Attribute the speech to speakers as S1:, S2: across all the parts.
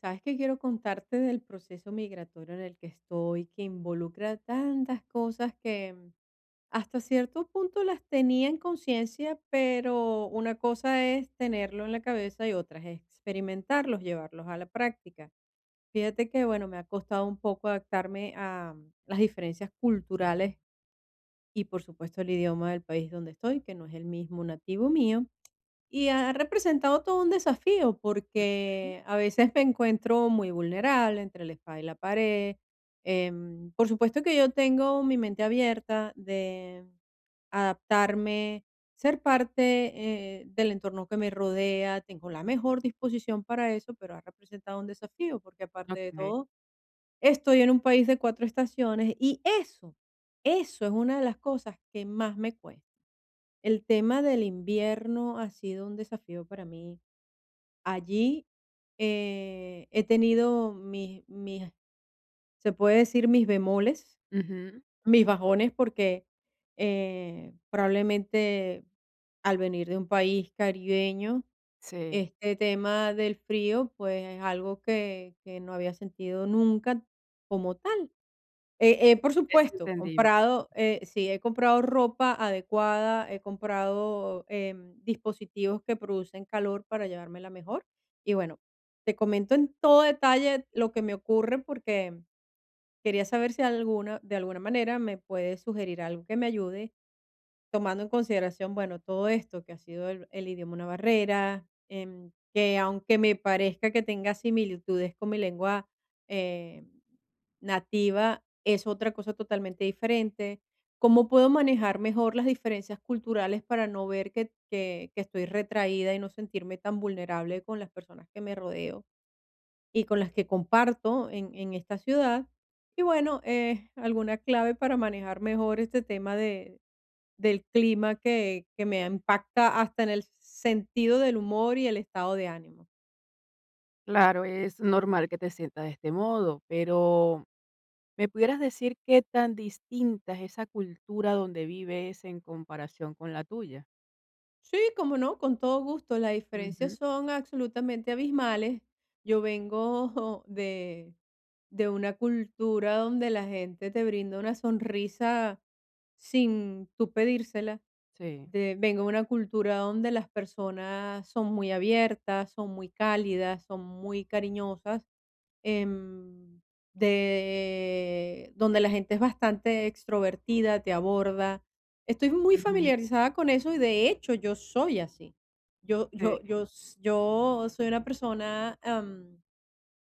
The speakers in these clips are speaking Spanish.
S1: Sabes que quiero contarte del proceso migratorio en el que estoy, que involucra tantas cosas que hasta cierto punto las tenía en conciencia, pero una cosa es tenerlo en la cabeza y otra es experimentarlos, llevarlos a la práctica. Fíjate que, bueno, me ha costado un poco adaptarme a las diferencias culturales y, por supuesto, el idioma del país donde estoy, que no es el mismo nativo mío. Y ha representado todo un desafío porque a veces me encuentro muy vulnerable entre la espada y la pared. Por supuesto que yo tengo mi mente abierta de adaptarme, ser parte del entorno que me rodea, tengo la mejor disposición para eso, pero ha representado un desafío porque aparte de
S2: Okey.
S1: todo, estoy en un país de cuatro estaciones y eso es una de las cosas que más me cuesta. El tema del invierno ha sido un desafío para mí. Allí, he tenido mis se puede decir mis bemoles,
S2: Ujú.
S1: mis bajones, porque, probablemente al venir de un país caribeño,
S2: Sí,
S1: este tema del frío, pues, es algo que no había sentido nunca como tal. Por
S2: es
S1: supuesto,
S2: entendible.
S1: comprado, sí, he comprado ropa adecuada, he comprado, dispositivos que producen calor para llevármela mejor. Y bueno, te comento en todo detalle lo que me ocurre, porque quería saber si alguna de alguna manera me puedes sugerir algo que me ayude tomando en consideración, bueno, todo esto que ha sido el idioma una barrera, que aunque me parezca que tenga similitudes con mi lengua eh, nativa, es otra cosa totalmente diferente. ¿Cómo puedo manejar mejor las diferencias culturales para no ver que estoy retraída y no sentirme tan vulnerable con las personas que me rodeo y con las que comparto en esta ciudad? Y bueno, alguna clave para manejar mejor este tema del clima que me impacta hasta en el sentido del humor y el estado de ánimo.
S2: Claro, es normal que te sientas de este modo, pero, ¿me pudieras decir qué tan distinta es esa cultura donde vives en comparación con la tuya?
S1: Sí, cómo no, con todo gusto. Las diferencias
S2: Ujú.
S1: son absolutamente abismales. Yo vengo de una cultura donde la gente te brinda una sonrisa sin tú pedírsela.
S2: Sí.
S1: Vengo de una cultura donde las personas son muy abiertas, son muy cálidas, son muy cariñosas, em, donde la gente es bastante extrovertida, te aborda. Estoy muy
S2: Ujú.
S1: familiarizada con eso y de hecho yo soy así. Yo
S2: Sí,
S1: yo yo s yo soy una persona,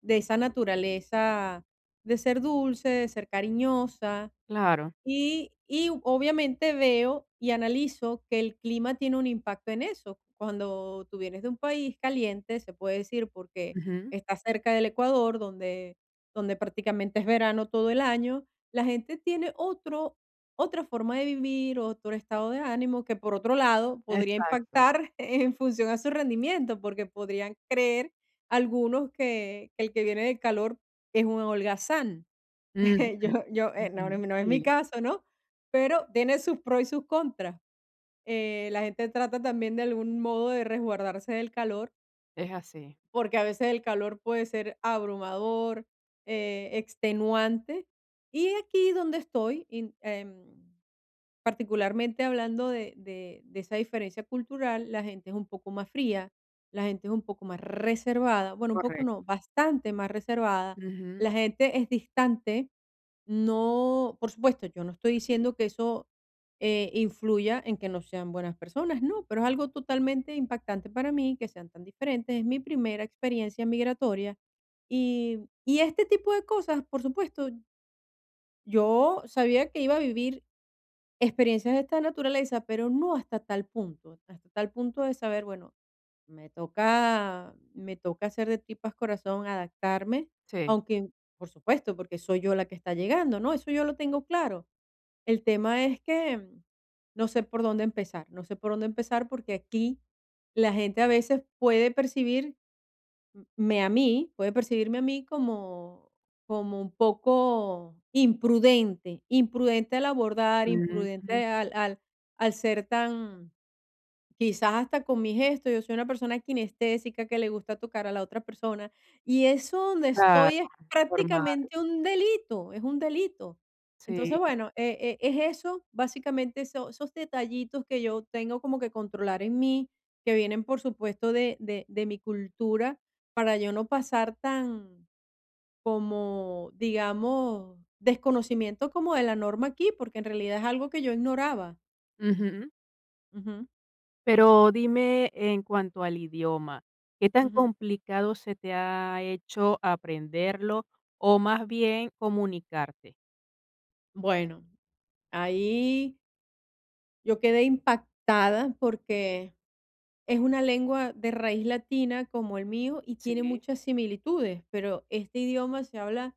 S1: de esa naturaleza de ser dulce, de ser cariñosa,
S2: claro.
S1: y obviamente veo y analizo que el clima tiene un impacto en eso. Cuando tú vienes de un país caliente, se puede decir, porque
S2: Ujú.
S1: está cerca del Ecuador, donde prácticamente es verano todo el año, la gente tiene otro otra forma de vivir, otro estado de ánimo, que por otro lado podría
S2: Exacto.
S1: impactar en función a su rendimiento, porque podrían creer algunos que el que viene de calor es un holgazán.
S2: Ujú.
S1: Yo, no,
S2: Ujú.
S1: No, es no es mi
S2: Sí,
S1: caso, ¿no? Pero tiene sus pros y sus contras. La gente trata también de algún modo de resguardarse del calor,
S2: es así.
S1: porque a veces el calor puede ser abrumador, extenuante. Y aquí donde estoy, particularmente hablando de esa diferencia cultural, la gente es un poco más fría, la gente es un poco más reservada, bueno, un poco no,
S2: Correcto.
S1: bastante más reservada,
S2: Ujú.
S1: la gente es distante, no, por supuesto, yo no estoy diciendo que eso influya en que no sean buenas personas, no, pero es algo totalmente impactante para mí, que sean tan diferentes, es mi primera experiencia migratoria y, y este tipo de cosas, por supuesto, yo sabía que iba a vivir experiencias de esta naturaleza, pero no hasta tal punto, hasta tal punto de saber, bueno, me toca hacer de tripas corazón, adaptarme,
S2: Sí.
S1: aunque, por supuesto, porque soy yo la que está llegando, ¿no? Eso yo lo tengo claro. El tema es que no sé por dónde empezar, no sé por dónde empezar porque aquí la gente a veces puede percibir puede percibirme a mí como, como un poco imprudente, imprudente al abordar,
S2: Mm,
S1: imprudente al ser tan, quizás hasta con mi gesto, yo soy una persona kinestésica que le gusta tocar a la otra persona y eso donde estoy
S2: claro,
S1: es
S2: normal.
S1: prácticamente un delito, es un delito. Entonces,
S2: Sí.
S1: bueno, es eso, básicamente esos detallitos que yo tengo como que controlar en mí, que vienen por supuesto de mi cultura, para yo no pasar tan como, digamos, desconocimiento como de la norma aquí, porque en realidad es algo que yo ignoraba.
S2: Ujú.
S1: Ujú,
S2: Pero dime en cuanto al idioma, ¿qué tan
S1: ujú.
S2: complicado se te ha hecho aprenderlo o más bien comunicarte?
S1: Bueno, ahí yo quedé impactada porque es una lengua de raíz latina como el mío y tiene
S2: Sí.
S1: muchas similitudes, pero este idioma se habla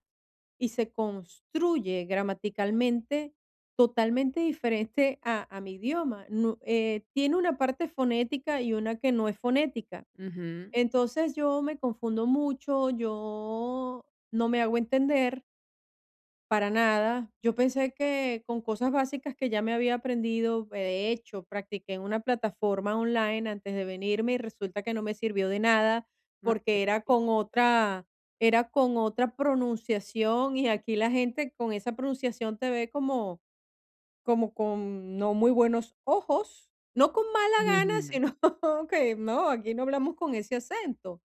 S1: y se construye gramaticalmente totalmente diferente a mi idioma. Tiene una parte fonética y una que no es fonética.
S2: Ujú.
S1: Entonces yo me confundo mucho, yo no me hago entender para nada. Yo pensé que con cosas básicas que ya me había aprendido, de hecho, practiqué en una plataforma online antes de venirme y resulta que no me sirvió de nada porque
S2: Okey.
S1: era con otra pronunciación y aquí la gente con esa pronunciación te ve como, como con no muy buenos ojos, no con mala gana,
S2: Ujú.
S1: sino que no, aquí no hablamos con ese acento.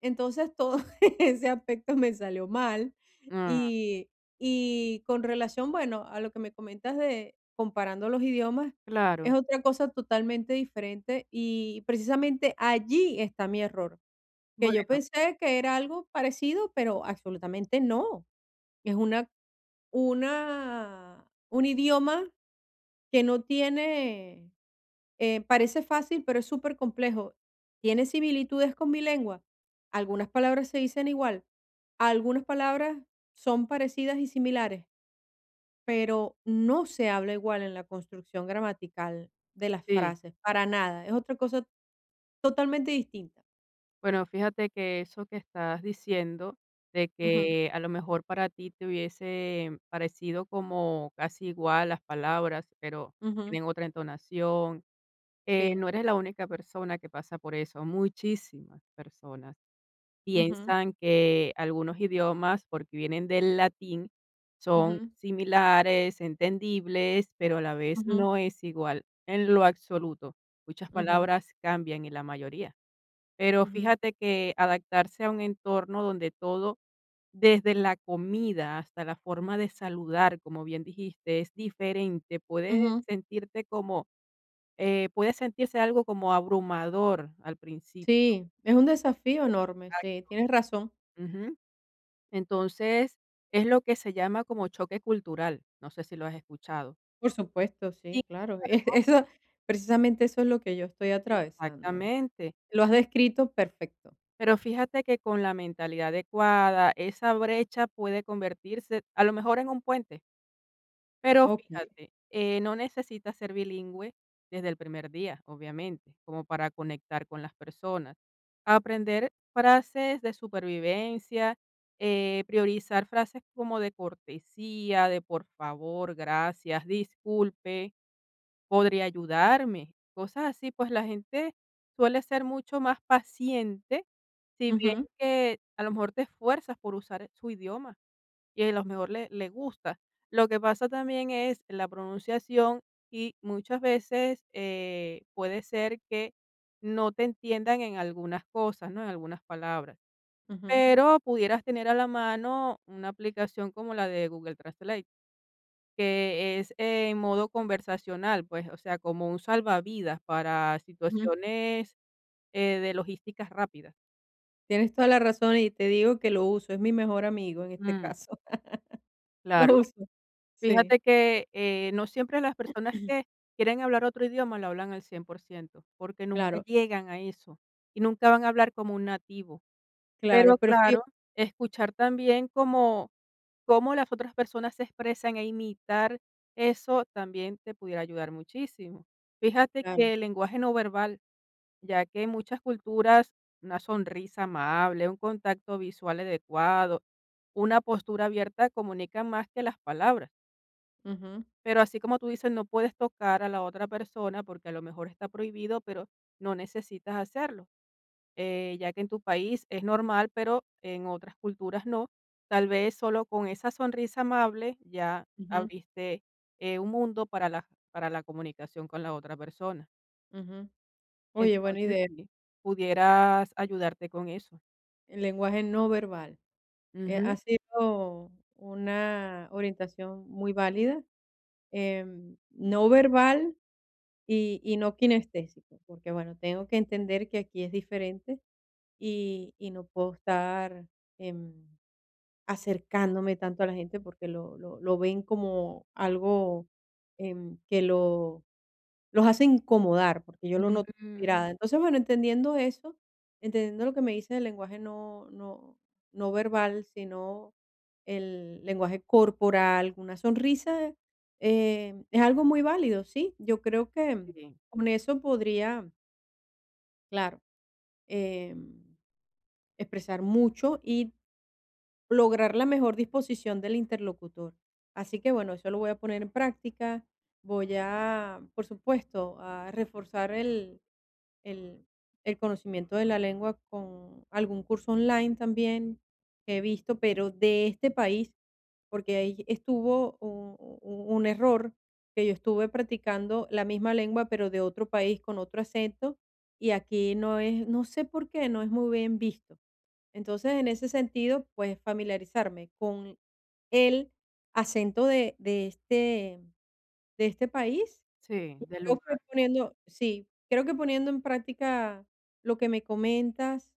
S1: Entonces, todo ese aspecto me salió mal.
S2: Ah,
S1: Y con relación, bueno, a lo que me comentas de comparando los idiomas, es
S2: claro.
S1: otra cosa totalmente diferente, y precisamente allí está mi error, que yo
S2: Bueno,
S1: pensé que era algo parecido, pero absolutamente no. Es una un idioma que no tiene parece fácil, pero es súper complejo. ¿Tiene similitudes con mi lengua? Algunas palabras se dicen igual, algunas palabras son parecidas y similares, pero no se habla igual en la construcción gramatical de las
S2: sí.
S1: frases, para nada. Es otra cosa totalmente distinta.
S2: Bueno, fíjate que eso que estás diciendo, de
S1: Ujú,
S2: que a lo mejor para ti te hubiese parecido como casi igual las palabras, pero
S1: ujú,
S2: tienen otra entonación.
S1: sí,
S2: No eres la única persona que pasa por eso, muchísimas personas
S1: ujú,
S2: piensan que algunos idiomas, porque vienen del latín, son
S1: ujú,
S2: similares, entendibles, pero a la vez
S1: ujú,
S2: no es igual en lo absoluto. Muchas
S1: ujú,
S2: palabras cambian y la mayoría. Pero
S1: ujú,
S2: fíjate que adaptarse a un entorno donde todo, desde la comida hasta la forma de saludar, como bien dijiste, es diferente, puedes
S1: ujú.
S2: sentirte como puede sentirse algo como abrumador al principio.
S1: Sí, es un desafío enorme, sí, tienes razón.
S2: Ujú. Entonces, es lo que se llama como choque cultural, no sé si lo has escuchado.
S1: Por supuesto,
S2: Sí.
S1: sí, claro. Eso, precisamente eso es lo que yo estoy atravesando.
S2: Exactamente,
S1: Lo has descrito perfecto.
S2: pero fíjate que con la mentalidad adecuada, esa brecha puede convertirse a lo mejor en un puente. Pero
S1: Okey.
S2: fíjate, no necesitas ser bilingüe desde el primer día, obviamente, como para conectar con las personas. Aprender frases de supervivencia, priorizar frases como de cortesía, de por favor, gracias, disculpe, podría ayudarme, cosas así, pues la gente suele ser mucho más paciente si bien
S1: Ujú,
S2: que a lo mejor te esfuerzas por usar su idioma y a los mejor le gusta. Lo que pasa también es la pronunciación y muchas veces, puede ser que no te entiendan en algunas cosas, ¿no? En algunas palabras.
S1: ujú,
S2: Pero pudieras tener a la mano una aplicación como la de Google Translate, que es en modo conversacional, pues, o sea, como un salvavidas para
S1: ujú.
S2: situaciones, de logísticas rápidas.
S1: Tienes toda la razón y te digo que lo uso, es mi mejor amigo en este
S2: Mm,
S1: caso. Lo
S2: claro.
S1: uso. Sí,
S2: Fíjate que, no siempre las personas que quieren hablar otro idioma lo hablan al 100%, porque nunca
S1: claro,
S2: llegan a eso y nunca van a hablar como un nativo. Pero
S1: claro, pero fí
S2: claro, escuchar también cómo las otras personas se expresan e imitar eso también te pudiera ayudar muchísimo. Fíjate
S1: claro.
S2: que el lenguaje no verbal, ya que en muchas culturas una sonrisa amable, un contacto visual adecuado, una postura abierta comunican más que las palabras.
S1: Ujú,
S2: Pero así como tú dices, no puedes tocar a la otra persona porque a lo mejor está prohibido, pero no necesitas hacerlo, ya que en tu país es normal, pero en otras culturas no. Tal vez solo con esa sonrisa amable ya
S1: ujú,
S2: abriste un mundo para para la comunicación con la otra persona.
S1: ujú. Oye, buena
S2: Entonces,
S1: idea.
S2: sí, pudieras ayudarte con eso.
S1: El lenguaje no verbal,
S2: Ujú.
S1: ha sido una orientación muy válida, no verbal y no kinestésico, porque bueno, tengo que entender que aquí es diferente y no puedo estar, em, acercándome tanto a la gente porque lo ven como algo, que lo los hace incomodar, porque yo lo noto en su
S2: Mm.
S1: mirada. Entonces, bueno, entendiendo eso, entendiendo lo que me dice del lenguaje no verbal, sino el lenguaje corporal, una sonrisa, es algo muy válido, sí. Yo creo que
S2: Sí,
S1: con eso podría, claro, em, expresar mucho y lograr la mejor disposición del interlocutor. Así que, bueno, eso lo voy a poner en práctica. Voy a, por supuesto, a reforzar el, el conocimiento de la lengua con algún curso online también que he visto, pero de este país, porque ahí estuvo un error que yo estuve practicando la misma lengua, pero de otro país con otro acento, y aquí no es, no sé por qué, no es muy bien visto. Entonces, en ese sentido, pues familiarizarme con el acento de este país.
S2: sí, del
S1: Creo que
S2: lugar.
S1: creo que poniendo en práctica lo que me comentas,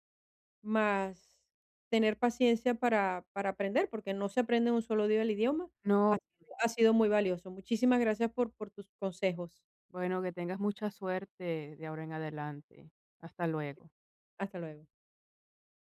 S1: más tener paciencia para aprender, porque no se aprende en un solo día el idioma,
S2: No,
S1: ha sido muy valioso. Muchísimas gracias por tus consejos.
S2: bueno, que tengas mucha suerte de ahora en adelante. Hasta luego.
S1: Hasta luego.